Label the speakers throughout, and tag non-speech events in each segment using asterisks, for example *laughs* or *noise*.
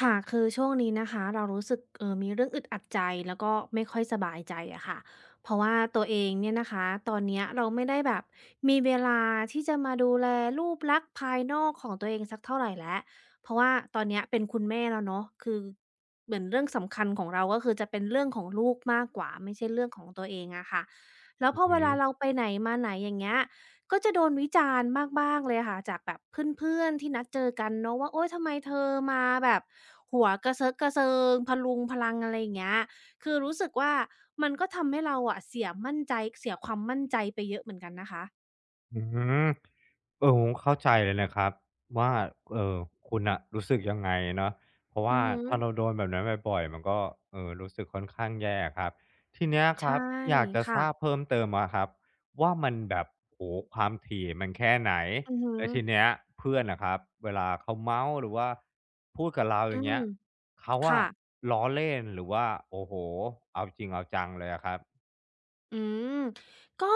Speaker 1: ค่ะคือช่วงนี้นะคะเรารู้สึกมีเรื่องอึดอัดใจแล้วก็ไม่ค่อยสบายใจอะค่ะเพราะว่าตัวเองเนี่ยนะคะตอนเนี้ยเราไม่ได้แบบมีเวลาที่จะมาดูแลรูปลักษณ์ภายนอกของตัวเองสักเท่าไรแล้วเพราะว่าตอนเนี้ยเป็นคุณแม่แล้วเนาะคือเหมือนเรื่องสำคัญของเราก็คือจะเป็นเรื่องของลูกมากกว่าไม่ใช่เรื่องของตัวเองอะค่ะแล้ว
Speaker 2: อื
Speaker 1: พอเวลาเรา
Speaker 2: ม
Speaker 1: ไปไหนมาไหนอย่างเงี้ยก็จะโดนวิจารณ์บ้างๆเลยค่ะจากแบบเพื่อนๆที่นัดเจอกันเนาะว่าโอ๊ยทำไมเธอมาแบบ หัวกระเซิรกกระเซิงพะรุงพะรังอะไรอย่างเงี้ยคือรู้สึกว่ามันก็ทำให้เราอะเสียมั่นใจเสียความมั่นใจไปเยอะเหมือนกันนะคะ
Speaker 2: อืมเออผมเข้าใจเลยนะครับว่าเอ่อคุณน่ะรู้สึกยังไงเนาะเพราะ
Speaker 1: อื
Speaker 2: ว่า
Speaker 1: อฮึ
Speaker 2: ถ้าเราโดนแบบนั้นบ่อยๆมันก็รู้สึกค่อนข้างแย่อะครับทีเนี้ยค
Speaker 1: ใช่
Speaker 2: รับอยากจะทราบ
Speaker 1: ค่ะ
Speaker 2: เพิ่มเติมอะครับว่ามันแบบโอ้โฮความถี่มันแค่ไหน
Speaker 1: อือฮึ
Speaker 2: แล้วทีเนี้ยเพื่อนอะครับเวลาเขาเมาท์หรือว่าพูดกับเราอ
Speaker 1: อื
Speaker 2: ย่างเงี้
Speaker 1: ม
Speaker 2: ยเขา
Speaker 1: ค่ะ
Speaker 2: อะล้อเล่นหรือว่าโอ้โฮเอาจริงเอาจังเลยอะครับ
Speaker 1: อืมก็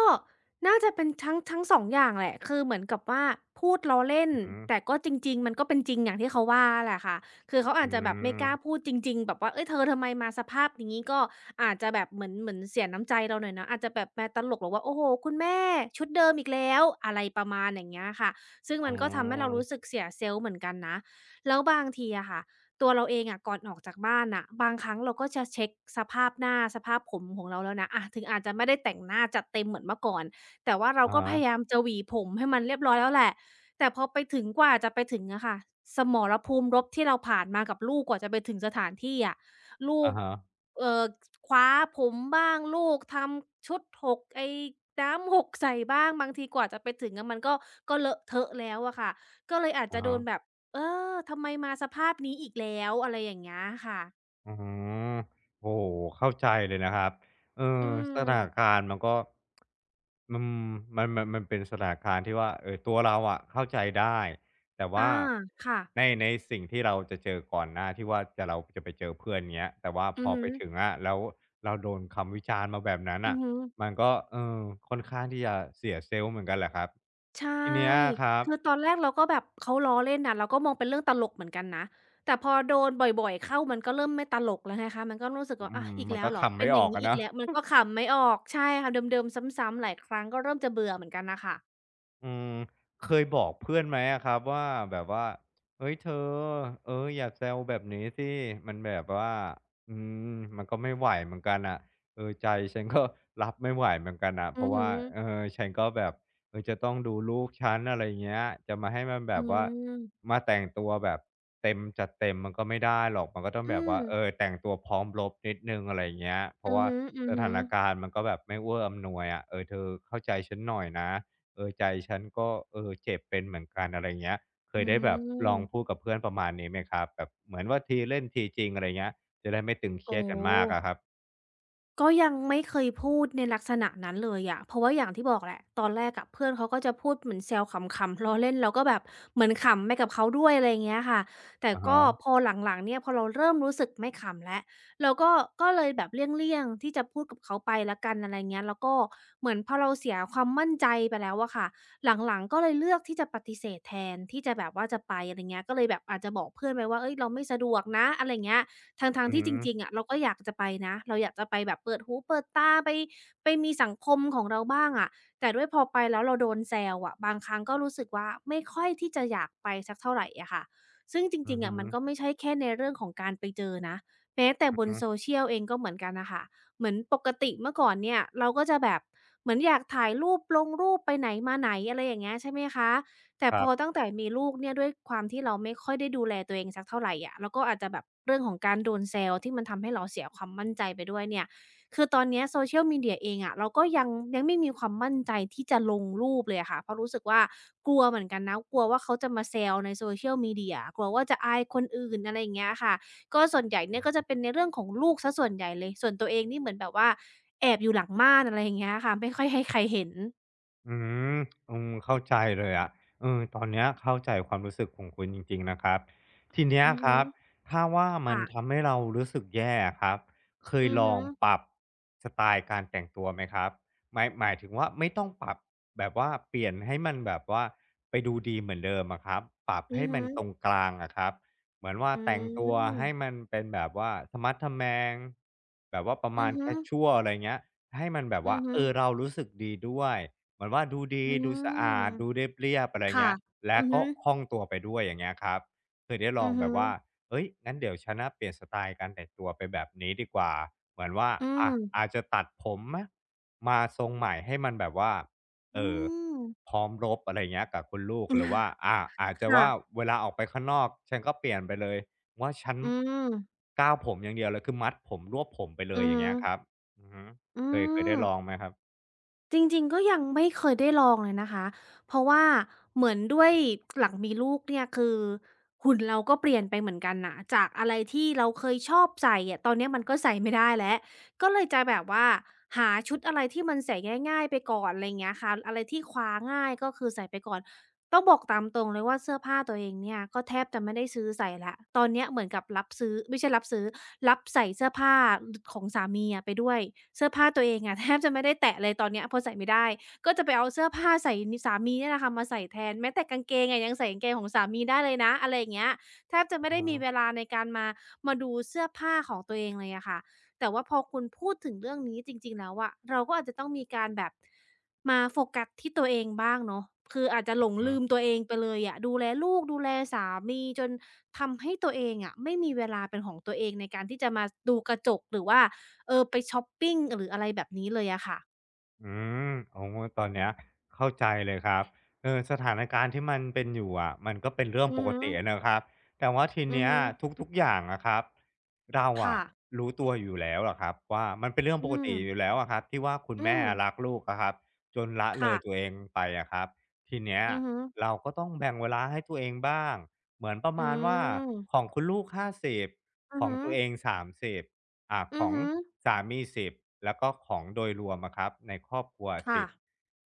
Speaker 1: น่าจะเป็นทั้ง2องอย่างแหละคือเหมือนกับว่าพูดล้อเล่น
Speaker 2: อือฮึ
Speaker 1: แต่ก็จริงๆมันก็เป็นจริงอย่างที่เขาว่าแหละค่ะคือเขา
Speaker 2: อื
Speaker 1: อาจจะแบบไม่
Speaker 2: ม
Speaker 1: กล้าพูดจริงๆแบบว่าเฮ้ยเธอทำไมมาสภาพอย่างงี้ก็อาจจะแบบเหมือนเสียน้ำใจเราหน่อยนะอาจจะแบบมาตลกบอกว่าโอ้โฮคุณแม่ชุดเดิมอีกแล้วอะไรประมาณอย่างเงี้ยค่ะซึ่ง
Speaker 2: อ๋
Speaker 1: มันก็ทำให้เรา
Speaker 2: อ
Speaker 1: รู้สึกเสียเซลส์เหมือนกันนะแล้วบางทีอะค่ะ ตัวเราเองอะก่อนออกจากบ้านอะบางครั้งเราก็จะเช็คสภาพหน้าสภาพผมของเราแล้วนะอะถึงอาจจะไม่ได้แต่งหน้าจัดเต็มเหมือนเมื่อก่อนแต่ว่าเรา
Speaker 2: อะ
Speaker 1: ก็
Speaker 2: ฮะ
Speaker 1: พยายามจะหวีผมให้มันเรียบร้อยแล้วแหละแต่พอไปถึงกว่าจะไปถึงอะค่ะสมรภูมิรบที่เราผ่านมากับลูกกว่าจะไปถึงสถานที่อะลูก
Speaker 2: อะฮะ
Speaker 1: เอ่อคว้าผมบ้างลูกทำชุดหกไอ้น้ำหกใส่บ้างบางทีกว่าจะไปถึงอะมันก็เลอะเทอะแล้วอะค่ะก็เลยอาจ
Speaker 2: อะ
Speaker 1: จะโด
Speaker 2: ฮะ
Speaker 1: นแบบ เออ ทำไมมาสภาพนี้อีกแล้วอะไรอย่างเงี้ยค่ะ
Speaker 2: อืมโอ้โฮเข้าใจเลยนะครับเออ
Speaker 1: อื
Speaker 2: สถา
Speaker 1: ม
Speaker 2: นการณ์มันก็อืมมันเป็นสถานการณ์ที่ว่าตัวเราอะเข้าใจได้แต่
Speaker 1: อา
Speaker 2: ว่า
Speaker 1: ค่ะ
Speaker 2: ในสิ่งที่เราจะเจอก่อนหน้าที่ว่าเราจะไปเจอเพื่อนเงี้ยแต่ว่าพ
Speaker 1: อือ
Speaker 2: อ
Speaker 1: ฮึ
Speaker 2: ไปถึงอะแล้วเราโดนคำวิจารณ์มาแบบนั้น
Speaker 1: อื
Speaker 2: น่ะ
Speaker 1: อฮึ
Speaker 2: มันก็เออค่อนข้างที่จะเสียเซลล์เหมือนกันแหละครับ
Speaker 1: ใช่
Speaker 2: ทีเนี้ยครับ
Speaker 1: คือตอนแรกเราก็แบบเขาล้อเล่นน่ะเราก็มองเป็นเรื่องตลกเหมือนกันนะแต่พอโดนบ่อยๆเข้ามันก็เริ่มไม่ตลกแล้วไงคะมันก็รู้สึก
Speaker 2: อื
Speaker 1: ว่าอะ
Speaker 2: ม
Speaker 1: อีก
Speaker 2: มัน
Speaker 1: แล้ว
Speaker 2: ก็
Speaker 1: เหรอ
Speaker 2: ขำ
Speaker 1: เป็
Speaker 2: ไม่
Speaker 1: น
Speaker 2: อ
Speaker 1: อย่า
Speaker 2: อ
Speaker 1: ง
Speaker 2: ก
Speaker 1: งี้
Speaker 2: อะ
Speaker 1: อีก
Speaker 2: เนาะ
Speaker 1: แล้วมันก็ขำไม่ออกใช่ค่ะเดิมๆซ้ำๆหลายครั้งก็เริ่มจะเบื่อเหมือนกันน่ะค่ะ
Speaker 2: อืมเคยบอกเพื่อนไหมอะครับว่าแบบว่าเฮ้ยเธอเอออย่าแซวแบบนี้สิมันแบบว่าอืมมันก็ไม่ไหวเหมือนกันน่ะเออใจฉันก็รับไม่ไหวเหมือนกันน่ะเพ
Speaker 1: อื
Speaker 2: ราะ
Speaker 1: อฮึ
Speaker 2: ว่าเออฉันก็แบบเออจะต้องดูลูกฉันอะไรเงี้ยจะมาให้มันแบ
Speaker 1: อื
Speaker 2: บว่า
Speaker 1: ม
Speaker 2: มาแต่งตัวแบบเต็มจัดเต็มมันก็ไม่ได้หรอกมันก็ต้อง
Speaker 1: อื
Speaker 2: แบบว่า
Speaker 1: ม
Speaker 2: เออแต่งตัวพร้อมรบนิดหนึ่งอะไรเงี้ยเพราะ
Speaker 1: อือ
Speaker 2: ว่า
Speaker 1: ฮ
Speaker 2: ส
Speaker 1: ึ
Speaker 2: ถา
Speaker 1: ๆ
Speaker 2: นการณ์มันก็แบบไม่เอื้ออำนวยอะเออเธอเข้าใจฉันหน่อยนะ เออใจฉันก็เออเจ็บเป็นเหมือนกันอะไรเงี้ยเค
Speaker 1: อื
Speaker 2: ยได้แบบลองพูด
Speaker 1: ม
Speaker 2: กับเพื่อนประมาณนี้ไหมครับแบบเหมือนว่าทีเล่นทีจริงอะไรเงี้ยจะได้ไม่ตึงเครี
Speaker 1: โอ้
Speaker 2: ยด
Speaker 1: โ
Speaker 2: กันมากอะครั
Speaker 1: ฮ
Speaker 2: บ
Speaker 1: ก็ยังไม่เคยพูดในลักษณะนั้นเลยอะเพราะว่าอย่างที่บอกแหละตอนแรกอะเพื่อนเขาก็จะพูดเหมือนแซวขำๆล้อเล่นเราก็แบบเหมือนขำไปกับเขาด้วยอะไรอย่างเงี้ยค่ะแต่
Speaker 2: อะฮะ
Speaker 1: ก็พอหลังๆเนี่ยพอเราเริ่มรู้สึกไม่ขำแล้วเราก็ก็เลยแบบเลี่ยงๆ ที่จะพูดกับเขาไปแล้วกันอะไรเงี้ยแล้วก็เหมือนพอเราเสียความมั่นใจไปแล้วอะค่ะหลังๆ ก็เลยเลือกที่จะปฏิเสธแทนที่จะแบบว่าจะไปอะไรเงี้ยก็เลยแบบอาจจะบอกเพื่อนไปว่าเฮ้ยเราไม่สะดวกนะอะไรเงี้ย ทั้ง
Speaker 2: อื
Speaker 1: ๆที่จ
Speaker 2: ม
Speaker 1: ริงๆอะเราก็อยากจะไปนะเราอยากจะไปแบบเปิดหูเปิดตาไปไปมีสังคมของเราบ้างอะแต่ด้วยพอไปแล้วเราโดนแซวอะบางครั้งก็รู้สึกว่าไม่ค่อยที่จะอยากไปสักเท่าไรอะค่ะซึ่งจ
Speaker 2: อ
Speaker 1: ริงๆ
Speaker 2: หื
Speaker 1: อะมันก็
Speaker 2: ม
Speaker 1: ไม่ใช่แค่ในเรื่องของการไปเจอนะแม้แต่
Speaker 2: ออืม
Speaker 1: บ
Speaker 2: อ
Speaker 1: น
Speaker 2: หืม
Speaker 1: social เองก็เหมือนกันน่ะค่ะเหมือนปกติเมื่อก่อนเนี่ยเราก็จะแบบเหมือนอยากถ่ายรูปลงรูปไปไหนมาไหนอะไรอย่างเงี้ยใช่ไหมคะ แต่
Speaker 2: ค
Speaker 1: พ
Speaker 2: รั
Speaker 1: อ
Speaker 2: บ
Speaker 1: ตั้งแต่มีลูกเนี่ยด้วยความที่เราไม่ค่อยได้ดูแลตัวเองสักเท่าไรอะแล้วก็อาจจะแบบเรื่องของการโดนแซวที่มันทำให้เราเสียความมั่นใจไปด้วยเนี่ยคือตอนเนี้ย Social Media เองอะเราก็ยังไม่มีความมั่นใจที่จะลงรูปเลยอะค่ะเพราะรู้สึกว่ากลัวเหมือนกันนะกลัวว่าเขาจะมาแซวใน Social Media กลัวว่าจะอายคนอื่นอะไรอย่างเงี้ยค่ะก็ส่วนใหญ่เนี่ยก็จะเป็นในเรื่องของลูกเสียส่วนใหญ่เลยส่วนตัวเองนี่เหมือนแบบว่าแอบอยู่หลังม่านอะไรอย่างเงี้ยค่ะไม่ค่อยให้ใครเห็น
Speaker 2: อืมเข้าใจเลยอะเออตอนเนี้ยเข้าใจความรู้สึกของคุณจริงๆนะครับทีเนี้ย
Speaker 1: อือ
Speaker 2: ค
Speaker 1: ฮึ
Speaker 2: รับถ้าว่ามัน
Speaker 1: ค่ะ
Speaker 2: ทำให้เรารู้สึกแย่ครับเคย
Speaker 1: อือ
Speaker 2: ลอ
Speaker 1: ฮึ
Speaker 2: งปรับสไตล์การแต่งตัวไหมครับหมายถึงว่าไม่ต้องปรับแบบว่าเปลี่ยนให้มันแบบว่าไปดูดีเหมือนเดิมอะครับปรับ
Speaker 1: อื
Speaker 2: ให้
Speaker 1: อฮึ
Speaker 2: มันตรงกลางอะครับเหมือนว่า
Speaker 1: อื
Speaker 2: แต่งตัวให้
Speaker 1: ม
Speaker 2: มันเป็นแบบว่าทมัดทแมงแบบว่าประมา
Speaker 1: อือ
Speaker 2: ณแค
Speaker 1: ฮึ
Speaker 2: ชชวลอะไรเงี้ยให้มันแบบ
Speaker 1: อื
Speaker 2: ว่า
Speaker 1: อฮึ
Speaker 2: เออเรารู้สึกดีด้วย เหมือนว่าดูดี
Speaker 1: อืม
Speaker 2: ดูสะอาดดูเรียบอะไร
Speaker 1: ค่ะ
Speaker 2: เงี้ยและ
Speaker 1: อือฮึ
Speaker 2: ก็คล่องตัวไปด้วยอย่างเงี้ยครับเคยได้ล
Speaker 1: อื
Speaker 2: อง
Speaker 1: อ
Speaker 2: แบ
Speaker 1: ฮึ
Speaker 2: บว่าเฮ้ยงั้นเดี๋ยวฉันน่ะเปลี่ยนสไตล์การแต่งตัวไปแบบนี้ดีกว่าเหมือนว่า
Speaker 1: อื
Speaker 2: อะ
Speaker 1: ม
Speaker 2: อาจจะตัดผมไหมมาทรงใหม่ให้มันแบบว่า
Speaker 1: อื
Speaker 2: เอ่อ
Speaker 1: ม
Speaker 2: พร้อมรบอะไรเงี้ยกับคุณลูกหรือว่าอาอาจ
Speaker 1: *laughs*
Speaker 2: จะ
Speaker 1: ค่ะ
Speaker 2: ว่าเวลาออกไปข้างนอกฉันก็เปลี่ยนไปเลยว่าฉัน
Speaker 1: อืม
Speaker 2: ก้าวผมอย่างเดียวเลยคือมัดผมรวบผมไปเลย
Speaker 1: อือ
Speaker 2: อย่าง
Speaker 1: ฮึ
Speaker 2: เงี้ยครับอือฮึ
Speaker 1: อื
Speaker 2: เคยได้
Speaker 1: ม
Speaker 2: ลองไหมครับ
Speaker 1: จริงๆก็ยังไม่เคยได้ลองเลยนะคะเพราะว่าเหมือนด้วยหลังมีลูกเนี่ยคือหุ่นเราก็เปลี่ยนไปเหมือนกันน่ะจากอะไรที่เราเคยชอบใส่อะตอนเนี้ยมันก็ใส่ไม่ได้แล้วก็เลยจะแบบว่าหาชุดอะไรที่มันใส่ง่ายๆไปก่อนอะไรอย่างเงี้ยค่ะอะไรที่คว้าง่ายก็คือใส่ไปก่อน ต้องบอกตามตรงเลยว่าเสื้อผ้าตัวเองเนี่ยก็แทบจะไม่ได้ซื้อใส่แล้วตอนเนี้ยเหมือนกับรับซื้อไม่ใช่รับซื้อรับใส่เสื้อผ้าดของสามีอะไปด้วยเสื้อผ้าตัวเองอะแทบจะไม่ได้แตะเลยตอนเนี้ยเพราะใส่ไม่ได้ก็จะไปเอาเสื้อผ้าใส่นิสามีเนี่ยแหละค่ะมาใส่แทนแม้แต่กางเกงอะยังใส่กางเกงของสามีได้เลยนะอะไรอย่างเงี้ยแทบจะไม่
Speaker 2: อือ
Speaker 1: ได้
Speaker 2: ฮึ
Speaker 1: มีเวลาในการมาดูเสื้อผ้าของตัวเองเลยอะค่ะแต่ว่าพอคุณพูดถึงเรื่องนี้จริงๆแล้วอะเราก็อาจจะต้องมีการแบบ มาโฟกัสที่ตัวเองบ้างเนาะคืออาจจะ
Speaker 2: อ
Speaker 1: หลง
Speaker 2: ือ
Speaker 1: ลืมตัวเองไปเลยอะดูแลลูกดูแลสามีจนทำให้ตัวเองอะไม่มีเวลาเป็นของตัวเองในการที่จะมาดูกระจกหรือว่าไปชอปปิงหรืออะไรแบบนี้เลยอะค่ะ
Speaker 2: อืมโอ้ตอนเนี้ยเข้าใจเลยครับเออสถานการณ์ที่มันเป็นอยู่อะมันก็เป็นเรื่อง
Speaker 1: อื
Speaker 2: ป
Speaker 1: อ
Speaker 2: ก
Speaker 1: ฮึ
Speaker 2: ตินะครับแต่ว่าที
Speaker 1: อือ
Speaker 2: เนี้ย
Speaker 1: ฮึ
Speaker 2: ทุกๆอย่างนะครับเราอ่ะ
Speaker 1: ค่ะ
Speaker 2: รู้ตัวอยู่แล้วอะครับว่ามันเป็นเรื่อง
Speaker 1: อื
Speaker 2: ปก
Speaker 1: ม
Speaker 2: ติอยู่แล้วอะครับที่ว่าคุณ
Speaker 1: อื
Speaker 2: แม่
Speaker 1: ม
Speaker 2: รักลูกอะครับจนละเล
Speaker 1: ค่ะ
Speaker 2: ยตัวเองไปอะครับทีเนี้ย
Speaker 1: อือฮึ
Speaker 2: เราก็ต้องแบ่งเวลาให้ตัวเองบ้างเหมือนประ
Speaker 1: อื
Speaker 2: มาณว่าของ
Speaker 1: ม
Speaker 2: คุณลูก50
Speaker 1: อื
Speaker 2: ข
Speaker 1: อ
Speaker 2: อง
Speaker 1: ฮึ
Speaker 2: ตัวเอง30 อ่าข
Speaker 1: อือ
Speaker 2: อง
Speaker 1: ฮึ
Speaker 2: สามี10แล้วก็ของโดยรวมอะครับในครอบครัว
Speaker 1: ค่ะ
Speaker 2: 10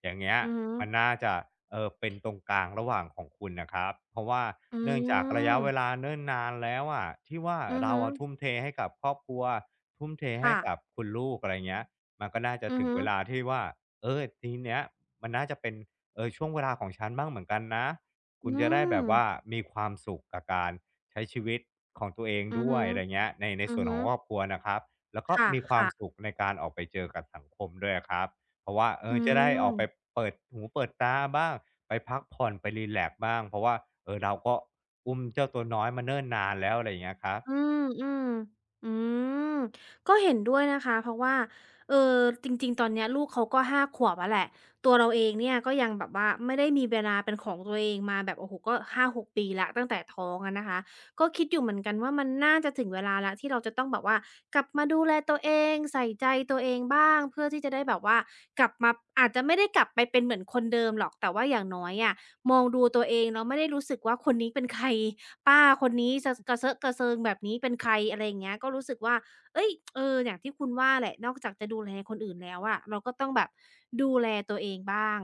Speaker 2: อย่างเงี้ย
Speaker 1: อือฮึ
Speaker 2: มันน่าจะเออเป็นตรงกลางระหว่างของคุณนะครับเพราะว่า
Speaker 1: อื
Speaker 2: เนื่องจากระยะเวลา
Speaker 1: ม
Speaker 2: เนิ่นนานแล้วอะที่ว่า
Speaker 1: อือ
Speaker 2: เรา
Speaker 1: ฮึ
Speaker 2: อะทุ่มเทให้กับครอบครัวทุ่มเทให้
Speaker 1: ค่ะ
Speaker 2: กับคุณลูกอะไรเงี้ยมันก็น่าจะ
Speaker 1: อือ
Speaker 2: ถึง
Speaker 1: ฮึ
Speaker 2: เวลาที่ว่าเออทีเนี้ยมันน่าจะเป็นเออช่วงเวลาของฉันบ้างเหมือนกันนะคุณ
Speaker 1: อื
Speaker 2: จะได้แบ
Speaker 1: ม
Speaker 2: บว่ามีความสุขกับการ ใช้ชีวิตของตัวเอง
Speaker 1: อือ
Speaker 2: ด้ว
Speaker 1: ฮึ
Speaker 2: ยอะไรเงี้ยใน
Speaker 1: อือ
Speaker 2: ส่วน
Speaker 1: ฮึ
Speaker 2: ของครอบครัวนะครับแล้วก็
Speaker 1: ค
Speaker 2: มีความ
Speaker 1: ่ะ
Speaker 2: สุ
Speaker 1: ๆ
Speaker 2: ขในการออกไปเจอกับสังคมด้วยครับเพราะว่าเอ
Speaker 1: อื
Speaker 2: อจะได้ออ
Speaker 1: ม
Speaker 2: กไปเปิดหูเปิดตาบ้างไปพักผ่อนไปรีแลกซ์บ้างเพราะว่าเออเราก็อุ้มเจ้าตัวน้อยมาเนิ่นนานแล้วอะไรอย่างเงี้ยครับ
Speaker 1: อืมอืมอืมก็เห็นด้วยนะคะเพราะว่าจริงๆตอนเนี้ยลูกเขาก็ห้าขวบแล้วแหละตัวเราเองเนี่ยก็ยังแบบว่าไม่ได้มีเวลาเป็นของตัวเองมาแบบโอ้โฮก็5-6ปีแล้วตั้งแต่ท้องอะนะคะก็คิดอยู่เหมือนกันว่ามันน่าจะถึงเวลาแล้วที่เราจะต้องแบบว่ากลับมาดูแลตัวเองใส่ใจตัวเองบ้างเพื่อที่จะได้แบบว่ากลับมาอาจจะไม่ได้กลับไปเป็นเหมือนคนเดิมหรอกแต่ว่าอย่างน้อยอะ มองดูตัวเองแล้วไม่ได้รู้สึกว่าคนนี้เป็นใครป้าคนนี้จะกระเซอะกระเซิงแบบนี้เป็นใครอะไรอย่างเงี้ยก็รู้สึกว่าเฮ้ยอย่างที่คุณว่าแหละนอกจากจะดูแลคนอื่นแล้วอะเราก็ต้องแบบดูแลตัวเองบ้าง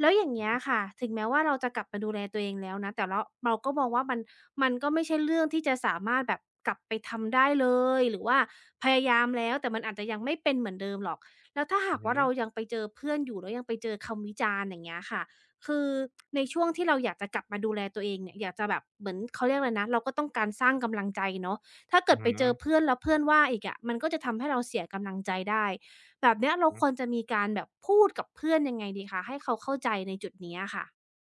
Speaker 1: แล้วอย่าง
Speaker 2: อื
Speaker 1: เงี้
Speaker 2: อ
Speaker 1: ยค่ะถึงแม้ว่าเราจะกลับมาดูแลตัวเองแล้วนะแต่เราก็มองว่ามันก็ไม่ใช่เรื่องที่จะสามารถแบบกลับไปทำได้เลยหรือว่าพยายามแล้วแต่มันอาจจะยังไม่เป็นเหมือนเดิมหรอกแล้วถ้า
Speaker 2: อื
Speaker 1: หากว่า
Speaker 2: ม
Speaker 1: เรายังไปเจอเพื่อนอยู่แล้วยังไปเจอคำวิจารณ์อย่างเงี้ยค่ะ คือในช่วงที่เราอยากจะกลับมาดูแลตัวเองเนี่ยอยากจะแบบเหมือนเขาเรียกอะไรนะเราก็ต้องการสร้างกำลังใจเนาะถ้า
Speaker 2: อื
Speaker 1: เกิดไปเจอ
Speaker 2: ม
Speaker 1: เพื่อนแล้วเพื่อนว่าอีกอะมันก็จะทำให้เราเสียกำลังใจได้แบบเนี้ยเราควรจะมีการแบบพูดกับเพื่อนยังไงดีคะให้เขาเข้าใจในจุดนี้อะค่ะ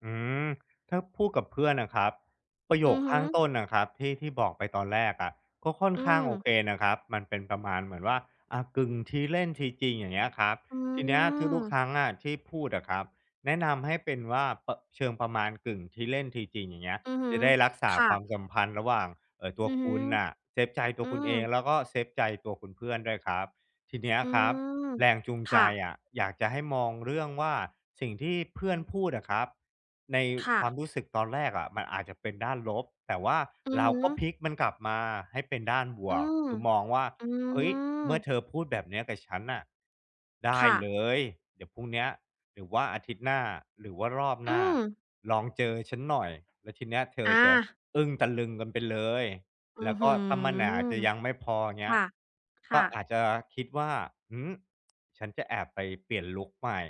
Speaker 2: อืมถ้าพูดกับเพื่อนนะครับประโย
Speaker 1: อื
Speaker 2: ค
Speaker 1: อฮึ
Speaker 2: ข้างต้นนะครับที่บอกไปตอนแรกอะก็ค่อน
Speaker 1: อื
Speaker 2: ข้าง
Speaker 1: ม
Speaker 2: โอเคนะครับมันเป็นประมาณเหมือนว่าอะกึ่งทีเล่นทีจริงอย่างเงี้ยครับ
Speaker 1: อื
Speaker 2: ทีเนี้ยทุกครั้ง
Speaker 1: ม
Speaker 2: อะที่พูดอะครับแนะนำให้เป็นว่าเชิงประมาณกึ่งทีเล่นทีจริงอย่างเงี้ย
Speaker 1: อือฮึ
Speaker 2: จะได้รักษาค
Speaker 1: ค่ะ
Speaker 2: วามสัมพันธ์ระหว่างเออตัว
Speaker 1: อือฮึ
Speaker 2: คุณน่ะเซฟใจตัว
Speaker 1: อื
Speaker 2: คุณเอ
Speaker 1: ม
Speaker 2: งแล้วก็เซฟใจตัวคุณเพื่อนด้วยครับทีเนี้ย
Speaker 1: อื
Speaker 2: ครับ
Speaker 1: ม
Speaker 2: แรงจูงใจ
Speaker 1: ค่ะ
Speaker 2: อะอยากจะให้มองเรื่องว่าสิ่งที่เพื่อนพูดอะครับ ในค
Speaker 1: ค่ะ
Speaker 2: วามรู้สึกตอนแรกอะมันอาจจะเป็นด้านลบแต่ว่า
Speaker 1: อือ
Speaker 2: เรา
Speaker 1: ฮึ
Speaker 2: ก็พลิกมันกลับมาให้เป็นด้านบ
Speaker 1: อื
Speaker 2: วก
Speaker 1: ม
Speaker 2: คือมองว่า
Speaker 1: อื
Speaker 2: เฮ้ยเมื่อเธอ
Speaker 1: ม
Speaker 2: พูดแบบเนี้ยกับฉันน่ะได้
Speaker 1: ค่ะ
Speaker 2: เลยเดี๋ยวพรุ่งเนี้ยหรือว่าอาทิตย์หน้าหรือว่ารอบห
Speaker 1: อื
Speaker 2: น้า
Speaker 1: ม
Speaker 2: ลองเจอฉันหน่อยแล้วทีเนี้ยเธอ
Speaker 1: อา
Speaker 2: จะอึ้งตะลึงกันไปเลย
Speaker 1: อื้
Speaker 2: แล้
Speaker 1: อ
Speaker 2: วก็
Speaker 1: ฮื
Speaker 2: ถ้ามันอาจจะ
Speaker 1: อ
Speaker 2: ยังไม่พอเงี้ย
Speaker 1: ค่ะ
Speaker 2: ก็
Speaker 1: ค่ะ
Speaker 2: อาจจะคิดว่าหืมฉันจะแอบไปเปลี่ยนลุกใหม่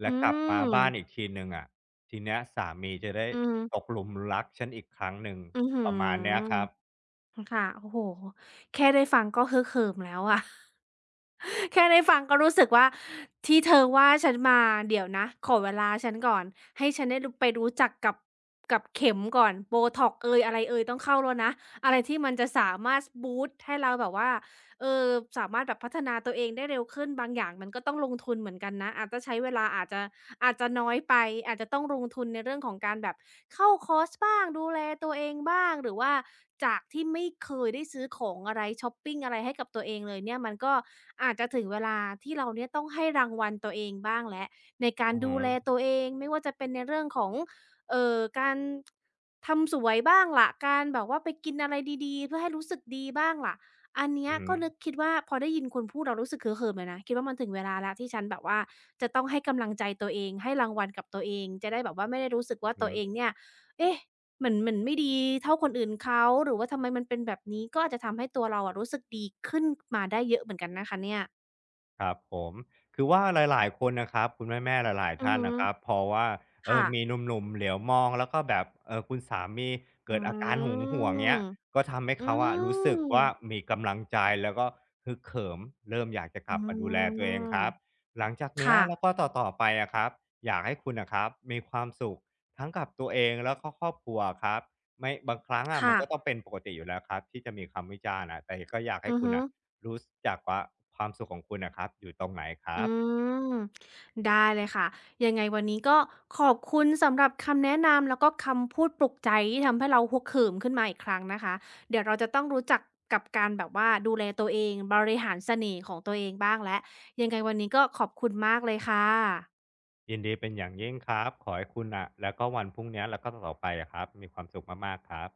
Speaker 2: แล้
Speaker 1: อื
Speaker 2: วกลับมาบ้านอีก
Speaker 1: ม
Speaker 2: ทีหนึ่งอะ ทีเนี้ยสามีจะได้
Speaker 1: อืม
Speaker 2: ตกหลุมรักฉันอีกครั้งหนึ่ง
Speaker 1: อื้อฮื
Speaker 2: ป
Speaker 1: อ
Speaker 2: ระมาณเนี้ยครับ
Speaker 1: ค่ะโอ้โฮแค่ได้ฟังก็ฮึกเหิมแล้วอะ *laughs* แค่ได้ฟังก็รู้สึกว่าที่เธอว่าฉันมาเดี๋ยวนะขอเวลาฉันก่อนให้ฉันได้รู้ไปรู้จักกับเข็มก่อนโบท็อกซ์เอยอะไรเอยต้องเข้าแล้วนะอะไรที่มันจะสามารถบูสต์ให้เราแบบว่าเออสามารถแบบพัฒนาตัวเองได้เร็วขึ้นบางอย่างมันก็ต้องลงทุนเหมือนกันนะอาจจะใช้เวลาอาจจะ อาจจะน้อยไปอาจจะต้องลงทุนในเรื่องของการแบบเข้าคอร์สบ้างดูแลตัวเองบ้างหรือว่าจากที่ไม่เคยได้ซื้อของอะไรชอปปิงอะไรให้กับตัวเองเลยเนี่ยมันก็อาจจะถึงเวลาที่เราเนี่ยต้องให้รางวัลตัวเองบ้างแล้วในการ
Speaker 2: อือฮึ
Speaker 1: ดูแลตัวเองไม่ว่าจะเป็นในเรื่องของการทำสวยบ้างล่ะการแบบว่าไปกินอะไรดีๆเพื่อให้รู้สึกดีบ้างล่ะ อันเนี้
Speaker 2: อื
Speaker 1: ย
Speaker 2: อฮึ
Speaker 1: ก็นึกคิดว่าพอได้ยินคุณพูดเรารู้สึกฮึกเหิมเลยนะคิดว่ามันถึงเวลาแล้วที่ฉันแบบว่าจะต้องให้กำลังใจตัวเองให้รางวัลกับตัวเองจะได้แบบว่าไม่ได้รู้สึกว่า
Speaker 2: อือ
Speaker 1: ตัว
Speaker 2: ฮึ
Speaker 1: เองเนี่ยเอ๊ะเหมือนไม่ดีเท่าคนอื่นเขาหรือว่าทำไมมันเป็นแบบนี้ก็อาจจะทำให้ตัวเราอะรู้สึกดีขึ้นมาได้เยอะเหมือนกันนะคะเนี่ย
Speaker 2: ครับผมคือว่าหลายๆคนนะครับคุณแม่ๆหลายๆ
Speaker 1: อือ
Speaker 2: ท่าน
Speaker 1: ฮึ
Speaker 2: นะครับพอว่าเออ
Speaker 1: ค่ะ
Speaker 2: มีหนุ่มๆเหลียวมองแล้วก็แบบคุณสามี
Speaker 1: อื
Speaker 2: เกิดอาการหึงหวงเงี้ย
Speaker 1: ม
Speaker 2: ก็ทำให้
Speaker 1: อื
Speaker 2: เขาอะรู้สึกว่า
Speaker 1: ม
Speaker 2: มีกำลังใจแล้วก็ฮึกเหิมเริ่มอยากจะก
Speaker 1: อื
Speaker 2: ลับมาดูแลตั
Speaker 1: ม
Speaker 2: วเองครับหลังจากเนี้ย
Speaker 1: ค่ะ
Speaker 2: แล้วก็ต่อๆไปอะครับอยากให้คุณน่ะครับมีความสุขทั้งกับตัวเองแล้วก็ครอบครัวอะครับไม่บางครั้งอะมัน
Speaker 1: ค่ะ
Speaker 2: ก็ต้องเป็นปกติอยู่แล้วครับที่จะมีคำวิจารณ์อะแต่ก็อยากให้
Speaker 1: อือ
Speaker 2: คุณ
Speaker 1: ฮึ
Speaker 2: น่ะ รู้จักว่าความสุขของคุณนะครับอยู่ตรงไหนค
Speaker 1: อื
Speaker 2: รับ
Speaker 1: มได้เลยค่ะยังไงวันนี้ก็ขอบคุณสำหรับคำแนะนำแล้วก็คำพูดปลุกใจที่ทำให้เราฮึกเหิมขึ้นมาอีกครั้งนะคะเดี๋ยวเราจะต้องรู้จักกับการแบบว่าดูแลตัวเองบริหารเสน่ห์ของตัวเองบ้างแล้วยังไงวันนี้ก็ขอบคุณมากเลยค่ะ
Speaker 2: ยินดีเป็นอย่างยิ่งครับขอให้คุณนะแล้วก็วันพรุ่งนี้แล้วก็ต่อๆไปอะครับมีความสุขมากๆครับ